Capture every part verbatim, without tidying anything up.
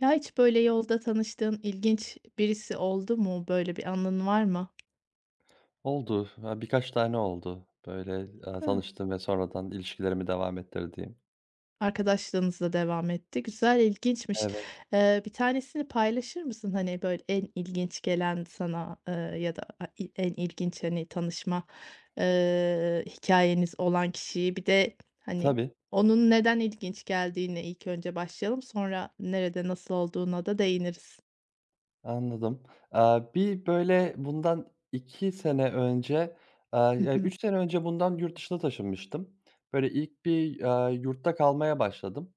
Ya, hiç böyle yolda tanıştığın ilginç birisi oldu mu? Böyle bir anın var mı? Oldu. Ya, birkaç tane oldu. Böyle, eee, Hıı. tanıştığım ve sonradan ilişkilerimi devam ettirdiğim. Arkadaşlığınızla devam etti. Güzel, ilginçmiş. Evet, Eee, bir tanesini paylaşır mısın? Hani, böyle en ilginç gelen sana, eee, ya da i en ilginç, hani, tanışma, eee, hikâyeniz olan kişiyi. Bir de, hani, tabii, onun neden ilginç geldiğine ilk önce başlayalım. Sonra nerede, nasıl olduğuna da değiniriz. anladım. Eee, bir, böyle, bundan iki sene önce, eee, Hı ya, hı. üç sene önce bundan yurt dışına taşınmıştım. Böyle, ilk bir, eee, yurtta kalmaya başladım.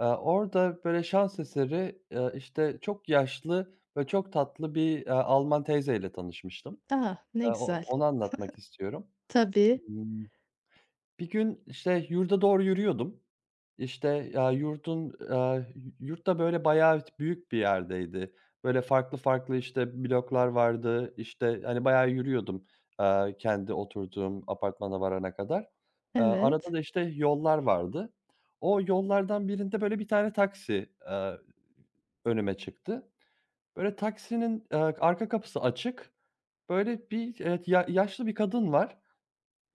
Eee, orada, böyle, şans eseri, eee, işte, çok yaşlı ve çok tatlı bir, eee, Alman teyzeyle tanışmıştım. A! Ne Eee, o güzel. onu anlatmak istiyorum. Tabii. Bir gün, işte, yurda doğru yürüyordum. İşte, ya, yurdun, eee, yurt böyle, bayağı büyük bir yerdeydi. Böyle, farklı farklı, işte, bloklar vardı. İşte, hani, bayağı yürüyordum, eee, kendi oturduğum apartmana varana kadar. Eee, arada Evet. da, işte, yollar vardı. O yollardan birinde, böyle, bir tane taksi, eee, önüme çıktı. Böyle, taksinin, eee, arka kapısı açık. Böyle, bir, eee, ya yaşlı bir kadın var.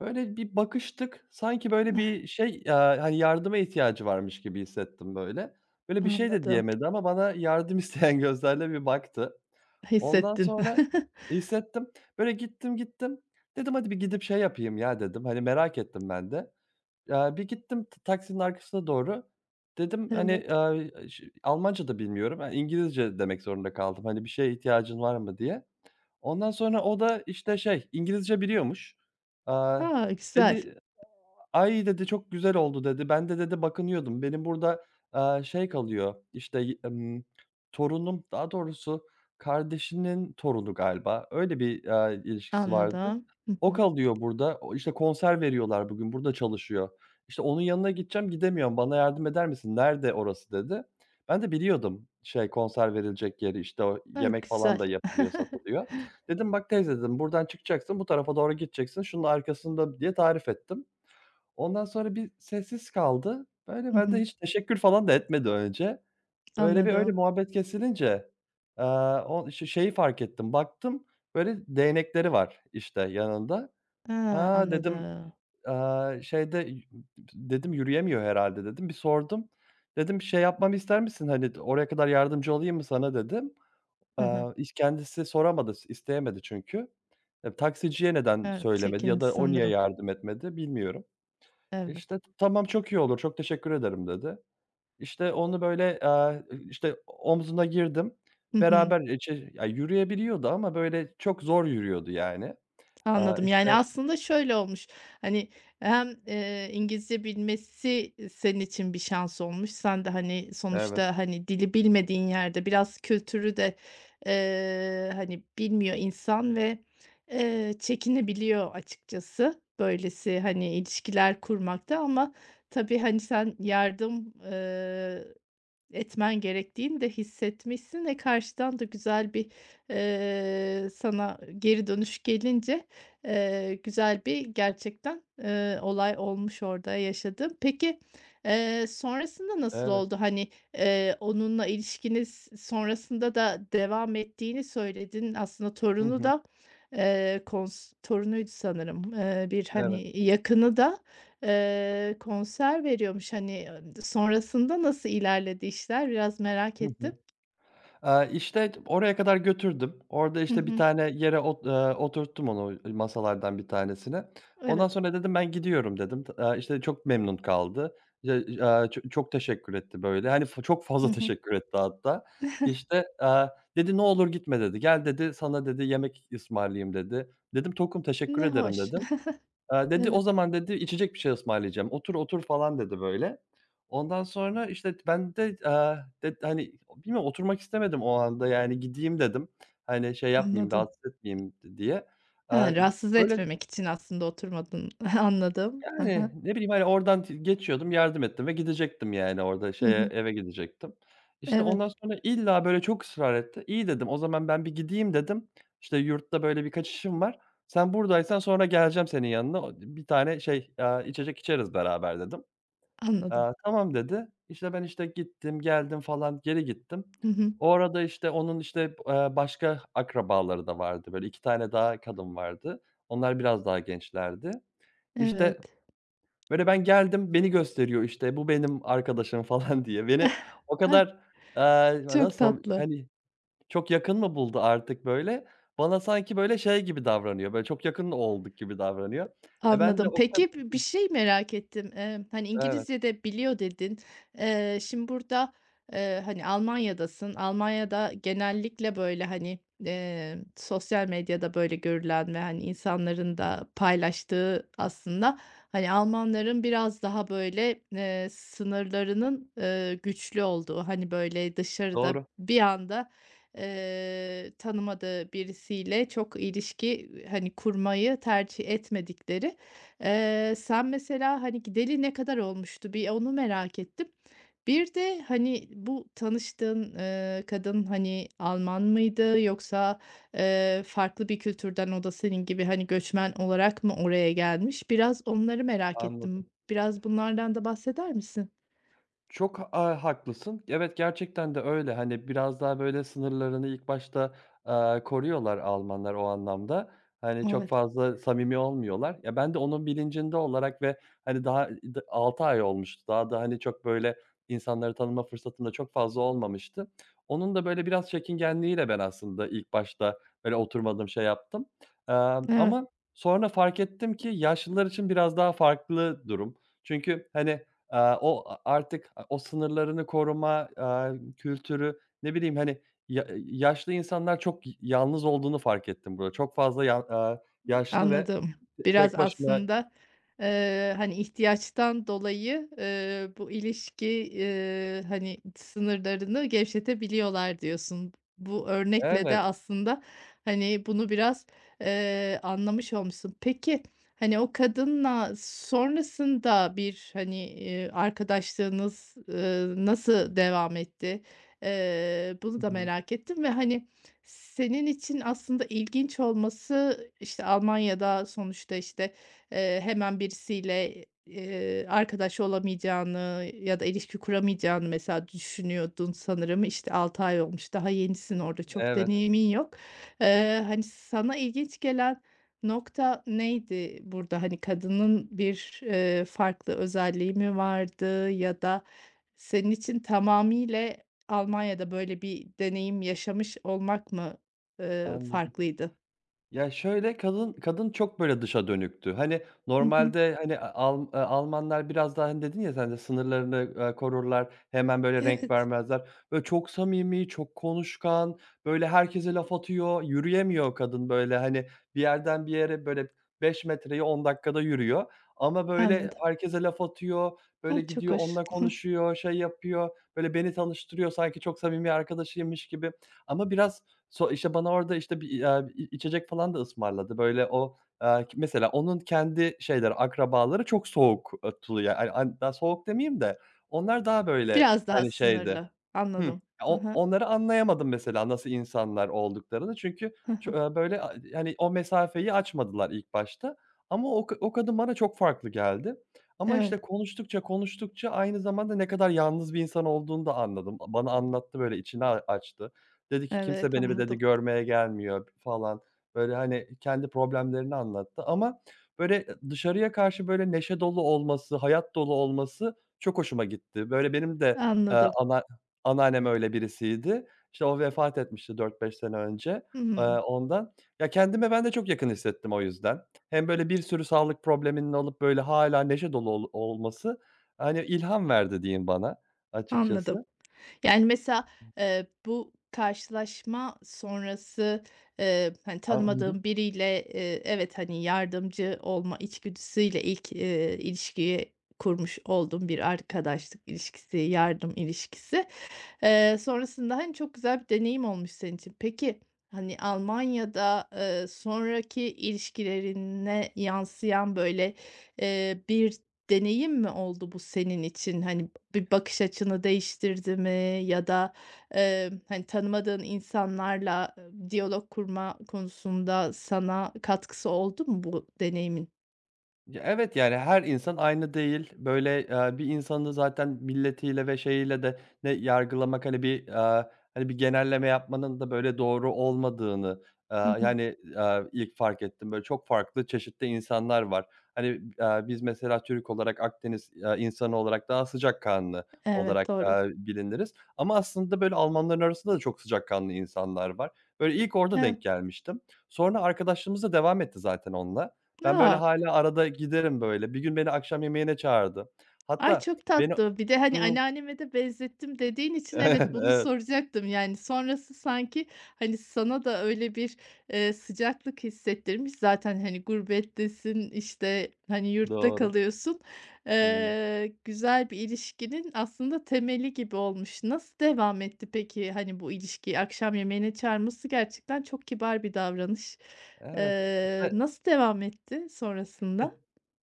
Böyle bir bakıştık. Sanki böyle bir şey, eee, hani, yardıma ihtiyacı varmış gibi hissettim böyle. Böyle bir şey de Anladım. diyemedi ama bana yardım isteyen gözlerle bir baktı. Ondan Hissettin. sonra hissettim. Böyle gittim, gittim. Dedim, "Hadi bir gidip şey yapayım ya." dedim. Hani, merak ettim ben de. Eee, bir gittim t taksinin arkasına doğru. Dedim, hani, Evet. eee, ş Almanca da bilmiyorum. Eee, İngilizce demek zorunda kaldım, hani, "Bir şeye ihtiyacın var mı?" diye. Ondan sonra o da, işte, şey, İngilizce biliyormuş. Aaa, A, güzel. dedi "Ay" dedi, "Çok güzel oldu." dedi. Ben de dedi bakınıyordum. Benim burada, eee, şey kalıyor, işte, y emm, torunum, daha doğrusu kardeşinin torunu galiba. Öyle bir, eee, ilişkisi vardı. Anladım. Hı O hı. kalıyor burada. O, işte, konser veriyorlar bugün, burada çalışıyor. İşte, onun yanına gideceğim, gidemiyorum. "Bana yardım eder misin? Nerede orası?" dedi. Ben de biliyordum, şey, konser verilecek yeri, işte, o A, yemek falan da güzel. yapılıyor, satılıyor. Dedim, "Bak teyze" dedim, "Buradan çıkacaksın, bu tarafa doğru gideceksin, şunun arkasında" diye tarif ettim. Ondan sonra bir sessiz kaldı. Böyle, Hı ben de hı. hiç teşekkür falan da etmedi önce. Böyle bir öyle Anladım. muhabbet kesilince, eee, o ş şeyi fark ettim, baktım, böyle, değnekleri var, işte, yanında. A, "Ha," dedim, anladım. eee, "şeyde y dedim, yürüyemiyor herhâlde." dedim. Bir sordum. Dedim, "Şey yapmamı ister misin, hani, d oraya kadar yardımcı olayım mı sana?" dedim. Hı Eee, hı. iş kendisi soramadı, s isteyemedi çünkü. E, taksiciye neden Evet, söylemedi ya çekindi da o niye sanırım. yardım etmedi bilmiyorum. Evet. İşte, "Tamam, çok iyi olur, çok teşekkür ederim." dedi. İşte, onu böyle, eee, işte, omzuna girdim. Hı hı. Beraber, eee, şey, ya, yürüyebiliyordu ama böyle çok zor yürüyordu yani. Aaa, Anladım. Yani, işte aslında şöyle olmuş, hani, hem, eee, İngilizce bilmesi senin için bir şans olmuş. Sen de, hani, Evet, sonuçta, hani, dili bilmediğin yerde biraz kültürü de, eee, hani, bilmiyor insan ve, eee, çekinebiliyor açıkçası. Böylesi, hani, ilişkiler kurmakta ama tabii, hani, sen yardım, etmen gerektiğini de hissetmişsin ve karşıdan da güzel bir, eee, sana geri dönüş gelince, eee, güzel bir gerçekten, eee, olay olmuş orada yaşadığın. Peki, eee, sonrasında nasıl evet. oldu? Hani, eee, onunla ilişkiniz sonrasında da devam ettiğini söyledin. Aslında Hı torunu hı. da, eee, kons torunuydu sanırım, eee, bir, Evet. hani, yakını da, Eee, konser veriyormuş, hani, ııı, sonrasında nasıl ilerledi işler biraz merak Hı ettim. hı. Aaa, işte, oraya kadar götürdüm. Orada, Hı işte, bir hı. tane yere ot eee, oturttum onu masalardan bir tanesine. Ondan Evet. sonra dedim, "Ben gidiyorum." dedim. T aaa, işte, çok memnun kaldı. Ya, aaa, ço çok teşekkür etti böyle. Hani, f çok Hı fazla hı. teşekkür etti hatta. İşte, aaa, dedi, "Ne olur gitme." dedi. "Gel." dedi, "Sana" dedi, "Yemek ısmarlayayım." dedi. Dedim, "Tokum, teşekkür Ne ederim." hoş. dedim. Eee, dedi, "O Evet, zaman" dedi, "içecek bir şey ısmarlayacağım. Otur, otur." falan dedi böyle. Ondan sonra, işte, ben de, eee, de hani, bilmiyorum oturmak istemedim o anda yani gideyim dedim. Hani, şey yapmayayım, anladım. rahatsız etmeyeyim diye. Ha, Eee, rahatsız böyle etmemek için aslında oturmadın. Anladım. Hı yani, hı. ne bileyim, hani, oradan t geçiyordum, yardım ettim ve gidecektim yani orada şeye, Hı. eve gidecektim. İşte, Evet, ondan sonra illa böyle çok ısrar etti. "İyi" dedim, "O zaman ben bir gideyim." dedim. "İşte, yurtta böyle birkaç işim var. Sen buradaysan sonra geleceğim senin yanına. O bir tane şey, aaa, içecek içeriz beraber." dedim. anladım. Aaa, "Tamam." dedi. İşte, ben, işte, gittim, geldim falan, geri gittim. Hı hı. O arada, işte, onun, işte, eee, başka akrabaları da vardı. Böyle iki tane daha kadın vardı. Onlar biraz daha gençlerdi. İşte Evet. Böyle ben geldim, beni gösteriyor, işte, "Bu benim arkadaşım." falan diye. Beni o Hah, kadar, eee, çok nasıl, tatlı. hani, çok yakın mı buldu artık böyle? Bana sanki böyle şey gibi davranıyor, böyle çok yakın olduk gibi davranıyor. E, ben de Anladım. o kadar. Peki bi Hıh, bir şey merak ettim. Emm, hani, evet, İngilizce de biliyor dedin. Eee, şimdi burada, eee, hani, Almanya'dasın. Almanya'da genellikle, böyle, hani, eee, sosyal medyada, böyle, görülen ve, hani, insanların da paylaştığı aslında, hani, Almanların biraz daha, böyle, eee, sınırlarının, eee, güçlü olduğu, hani, böyle, dışarıda doğru, bir anda Eee, tanımadığı birisiyle çok ilişki, hani, kurmayı tercih etmedikleri. Eee, sen mesela, hani, gideli ne kadar olmuştu? Bir onu merak ettim. Bir de, hani, bu tanıştığın, eee, kadın, hani, Alman mıydı yoksa, eee, farklı bir kültürden o da senin gibi, hani, göçmen olarak mı oraya gelmiş? Biraz onları merak ettim. anladım. Biraz bunlardan da bahseder misin? Çok, aaa, haklısın. Evet, gerçekten de öyle. Hani, biraz daha, böyle, sınırlarını ilk başta, aaa, koruyorlar Almanlar o anlamda. Hani, çok Evet. fazla samimi olmuyorlar. Ya, ben de onun bilincinde olarak ve, hani, daha altı ay olmuştu. Daha da, hani, çok, böyle, insanları tanıma fırsatım da çok fazla olmamıştı. Onun da, böyle, biraz çekingenliğiyle ben aslında ilk başta, böyle, oturmadım, şey yaptım. Emm, Evet. ama sonra fark ettim ki yaşlılar için biraz daha farklı durum. Çünkü, hani, Eee, o artık o sınırlarını koruma, eee, kültürü, ne bileyim, hani, ya yaşlı insanlar çok y yalnız olduğunu fark ettim burada. Çok fazla ya eee, yaşlı ve Anladım. t Biraz tek başına. aslında, eee, hani, ihtiyaçtan dolayı, eee, bu ilişki, eee, hani, sınırlarını gevşetebiliyorlar diyorsun. Bu örnekle de Evet. aslında, hani, bunu biraz, eee, anlamış olmuşsun. Peki, hani, o kadınla sonrasında bir, hani, eee, arkadaşlığınız, ııı, nasıl devam etti? Eee, Hı bunu da hı. merak ettim ve, hani, senin için aslında ilginç olması, işte, Almanya'da sonuçta, işte, eee, hemen birisiyle, eee, arkadaş olamayacağını ya da ilişki kuramayacağını mesela düşünüyordun sanırım. İşte, altı ay olmuş, daha yenisin orada, çok Evet, deneyimin yok. Eee, hani, sana ilginç gelen nokta neydi burada? Hani, kadının bir, eee, farklı özelliği mi vardı ya da senin için tamamıyla Almanya'da böyle bir deneyim yaşamış olmak mı, eee, anladım. farklıydı? Ya, şöyle, kadın kadın çok, böyle, dışa dönüktü. Hani, Hı hı. normalde, hani, Al eee, Almanlar biraz daha, hani, dedin ya sen de sınırlarını, eee, korurlar, hemen, böyle, renk Evet, vermezler. Böyle, çok samimi, çok konuşkan, böyle, herkese laf atıyor, yürüyemiyor kadın, böyle, hani, bir yerden bir yere, böyle, beş metreyi on dakikada yürüyor ama, böyle, anladım. herkese laf atıyor, böyle, Hıı, çok gidiyor hoş. onunla konuşuyor, şey yapıyor, böyle, beni tanıştırıyor sanki çok samimi arkadaşıymış gibi ama biraz. So işte, bana orada, işte, bir, eee, i içecek falan da ısmarladı. Böyle o, eee, k mesela onun kendi şeyleri, akrabaları çok soğuk, eee, tulu ya. Hani, an daha soğuk demeyeyim de onlar daha böyle, Biraz daha hani, şeydi. sınırlı. Hıı. Ya, Anladım. Hı o hı. onları anlayamadım mesela nasıl insanlar olduklarını. Çünkü Hı ço hı. eee, böyle, a hani, o mesafeyi açmadılar ilk başta ama o ka o kadın bana çok farklı geldi. Ama, Evet, işte, konuştukça, konuştukça aynı zamanda ne kadar yalnız bir insan olduğunu da anladım. A bana anlattı, böyle, içini a açtı. Dedi ki, "Kimse evet, beni" dedi, anladım. "görmeye gelmiyor." falan. Böyle, hani, kendi problemlerini anlattı ama, böyle, eee, dışarıya karşı, böyle, neşe dolu olması, hayat dolu olması çok hoşuma gitti. Böyle, benim de, eee, Anladım. ana Anneannem öyle birisiydi. İşte, o vefat etmişti dört beş sene önce, eee, Hımm, ondan. Ya, kendime ben de çok yakın hissettim o yüzden. Hem böyle bir sürü sağlık probleminin olup böyle hâlâ neşe dolu ol olması, hani, ilham verdi diyeyim bana anladım. açıkçası. Yani, mesela, eee, bu karşılaşma sonrası, eee, hani, A Hı hı. tanımadığın biriyle, eee, evet, hani, yardımcı olma içgüdüsüyle ilk, eee, ilişkiyi kurmuş olduğun bir arkadaşlık ilişkisi, yardım ilişkisi. Eee, sonrasında, hani, çok güzel bir deneyim olmuş senin için. Peki, hani, Almanya'da, eee, sonraki ilişkilerine yansıyan, böyle, eee, bir deneyim mi oldu bu senin için? Hani, bir bakış açını değiştirdi mi ya da, eee, hani, tanımadığın insanlarla, eee, diyalog kurma konusunda sana katkısı oldu mu bu deneyimin? Ya, evet, yani, her insan aynı değil. Böyle, eee, bir insanı zaten milletiyle ve şeyiyle de ne yargılamak, hani, bir, eee, hani, bir genelleme yapmanın da, böyle, doğru olmadığını, eee, Hı hı. yani, eee, ilk fark ettim. Böyle, çok farklı çeşitli insanlar var. Hani, eee, biz mesela Türk olarak, Akdeniz, eee, insanı olarak daha sıcakkanlı olarak, Evet, doğru. eee, biliniriz ama aslında, böyle, Almanların arasında da çok sıcakkanlı insanlar var. Böyle, ilk orada Evet. denk gelmiştim. Sonra arkadaşlığımız da devam etti zaten onunla. Ben böyle A! hâlâ arada giderim böyle. Bir gün beni akşam yemeğine çağırdı. Ay, Hatta çok beni. tatlı. Bir de, hani, Hımm. anneanneme de benzettim dediğin için Evet, evet, bunu evet. soracaktım. Yani, sonrası sanki, hani, sana da öyle bir, eee, sıcaklık hissettirmiş. Zaten, hani, gurbettesin, işte, hani, yurtta Doğru. kalıyorsun. Hımm. Eee, güzel bir ilişkinin aslında temeli gibi olmuş. Nasıl devam etti peki, hani, bu ilişki? Akşam yemeğine çağırması gerçekten çok kibar bir davranış. Evet, Eee, işte, nasıl devam etti e sonrasında?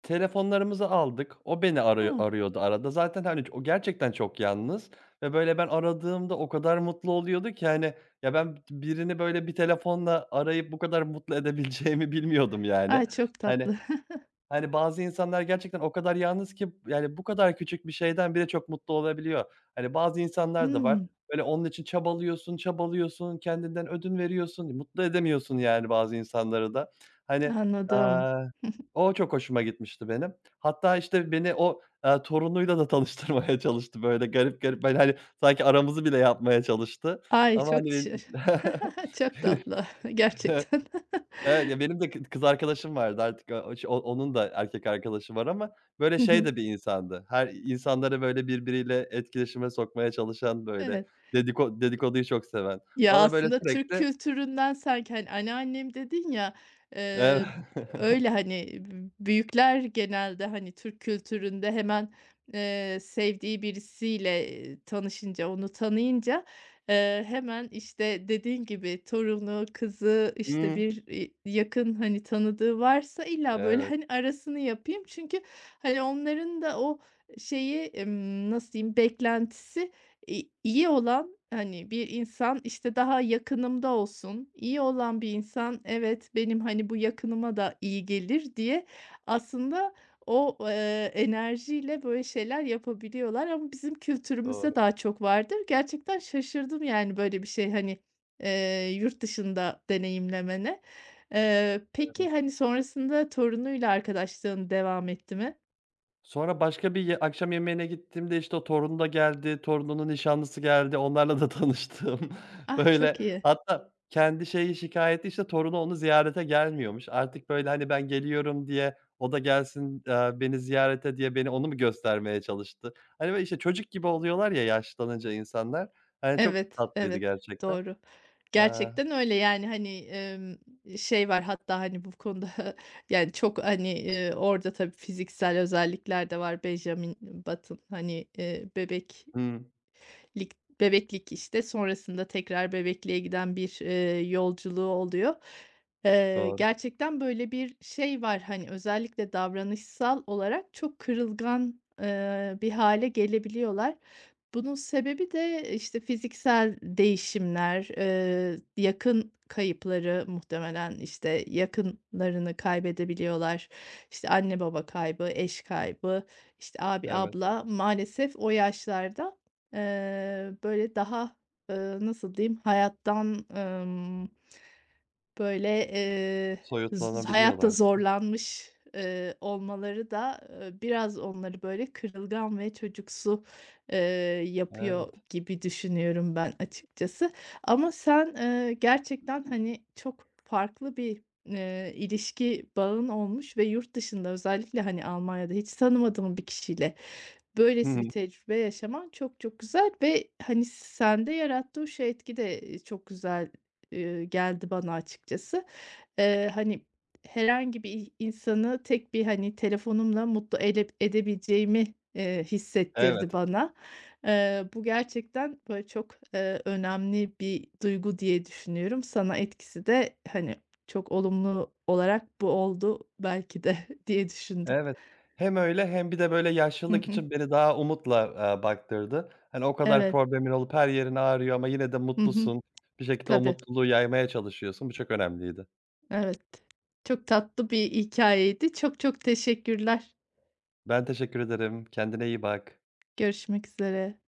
telefonlarımızı aldık. O beni arıyor A! arıyordu arada. Zaten, hani, o gerçekten çok yalnız ve böyle ben aradığımda o kadar mutlu oluyordu ki, hani, ya ben birini böyle bir telefonla arayıp bu kadar mutlu edebileceğimi bilmiyordum yani. Ay, çok Hani tatlı. Hani, bazı insanlar gerçekten o kadar yalnız ki, yani, bu kadar küçük bir şeyden bile çok mutlu olabiliyor. Hani, bazı insanlar da var. Hıı. Böyle, onun için çabalıyorsun, çabalıyorsun, kendinden ödün veriyorsun, mutlu edemiyorsun, yani, bazı insanları da. Hani, Anladım. eee, o çok hoşuma gitmişti benim. Hatta, işte, beni o, eee, torunuyla da tanıştırmaya çalıştı, böyle, garip garip, böyle, hani, sanki aramızı bile yapmaya çalıştı Ay, ama, çok hani, teşe benim çok benim- tatlı gerçekten. Evet, ya benim de kı kız arkadaşım vardı artık o o ş onun da erkek arkadaşı var ama böyle şey de bir insandı. Her insanları böyle birbiriyle etkileşime sokmaya çalışan böyle Evet. dediko dedikoduyu çok seven. Ya, Bana böyle aslında Türk sürekli. kültüründen sanki, hani, anneannem dedin ya, Evet. eee, öyle, hani, büyükler genelde, hani, Türk kültüründe hemen, eee, sevdiği birisiyle, tanışınca, onu tanıyınca, eee, hemen, işte, dediğin gibi torunu, kızı, işte, Hımm. bir, iii, yakın, hani, tanıdığı varsa illa, böyle, Evet, hani, arasını yapayım. Çünkü, hani, onların da o şeyi, emm, nasıl diyeyim, beklentisi İ iyi olan, hani, bir insan, işte, daha yakınımda olsun, iyi olan bir insan, evet, benim, hani, bu yakınıma da iyi gelir diye aslında o, eee, enerjiyle böyle şeyler yapabiliyorlar ama bizim kültürümüzde doğru. daha çok vardır. Gerçekten şaşırdım, yani, böyle bir şey, hani, eee, yurt dışında deneyimlemene. Eee, Evet. peki, hani, sonrasında torunuyla arkadaşlığın devam etti mi? Sonra başka bir ye akşam yemeğine gittiğimde, işte, o torunu da geldi, torununun nişanlısı geldi, onlarla da tanıştım. Ah, Böyle, çok iyi. hatta kendi şeyi, şikâyeti, işte, torunu onu ziyarete gelmiyormuş. Artık, böyle, hani, ben geliyorum diye o da gelsin, eee, beni ziyarete diye beni onu mu göstermeye çalıştı? Hani, böyle, işte, çocuk gibi oluyorlar ya yaşlanınca insanlar. Hani, çok Evet, tatlıydı evet, gerçekten. doğru. Eee Gerçekten öyle, yani, hani, emm, şey var hatta, hani, bu konuda yani çok, hani, eee, orada tabii fiziksel özellikler de var. Benjamin Button, hani, eee, bebek Hı, Lik bebeklik, işte, sonrasında tekrar bebekliğe giden bir, eee, yolculuğu oluyor. Eee, doğru. gerçekten böyle bir şey var, hani, özellikle davranışsal olarak çok kırılgan, eee, bir hale gelebiliyorlar. Bunun sebebi de, işte, fiziksel değişimler, eee, yakın kayıpları muhtemelen, işte, yakınlarını kaybedebiliyorlar. İşte, anne baba kaybı, eş kaybı, işte, abi, Evet. abla maalesef o yaşlarda Eee, böyle, daha, ııı, nasıl diyeyim, hayattan, ımm, böyle, eee, z hayatta Soyutlanabiliyorlar. zorlanmış, eee, olmaları da, eee, biraz onları, böyle, kırılgan ve çocuksu, eee, yapıyor Evet. gibi düşünüyorum ben açıkçası. Ama sen, eee, gerçekten, hani, çok farklı bir, eee, ilişki bağın olmuş ve yurt dışında özellikle, hani, Almanya'da hiç tanımadığım bir kişiyle Hı hı. böylesi bir tecrübe yaşaman çok çok güzel ve, hani, sende yarattığı şu etki de, çok güzel, eee, geldi bana açıkçası. Eee, hani, herhangi bir insanı tek bir, hani, telefonumla mutlu ele edebileceğimi, eee, hissettirdi Evet. bana. Eee, bu gerçekten, böyle, çok, eee, önemli bir duygu diye düşünüyorum. Sana etkisi de, hani, çok olumlu olarak bu oldu belki de diye düşündüm. Evet. Hem öyle hem bir de böyle Hı yaşlılık hı. için beni daha umutla, eee, baktırdı. Hani, o kadar Evet. problemin olup her yerin ağrıyor ama yine de Hı hı. mutlusun. Bir şekilde o Tabii. mutluluğu yaymaya çalışıyorsun. Bu çok önemliydi. Evet. Çok tatlı bir hikâyeydi. Çok çok teşekkürler. Ben teşekkür ederim. Kendine iyi bak. Görüşmek üzere.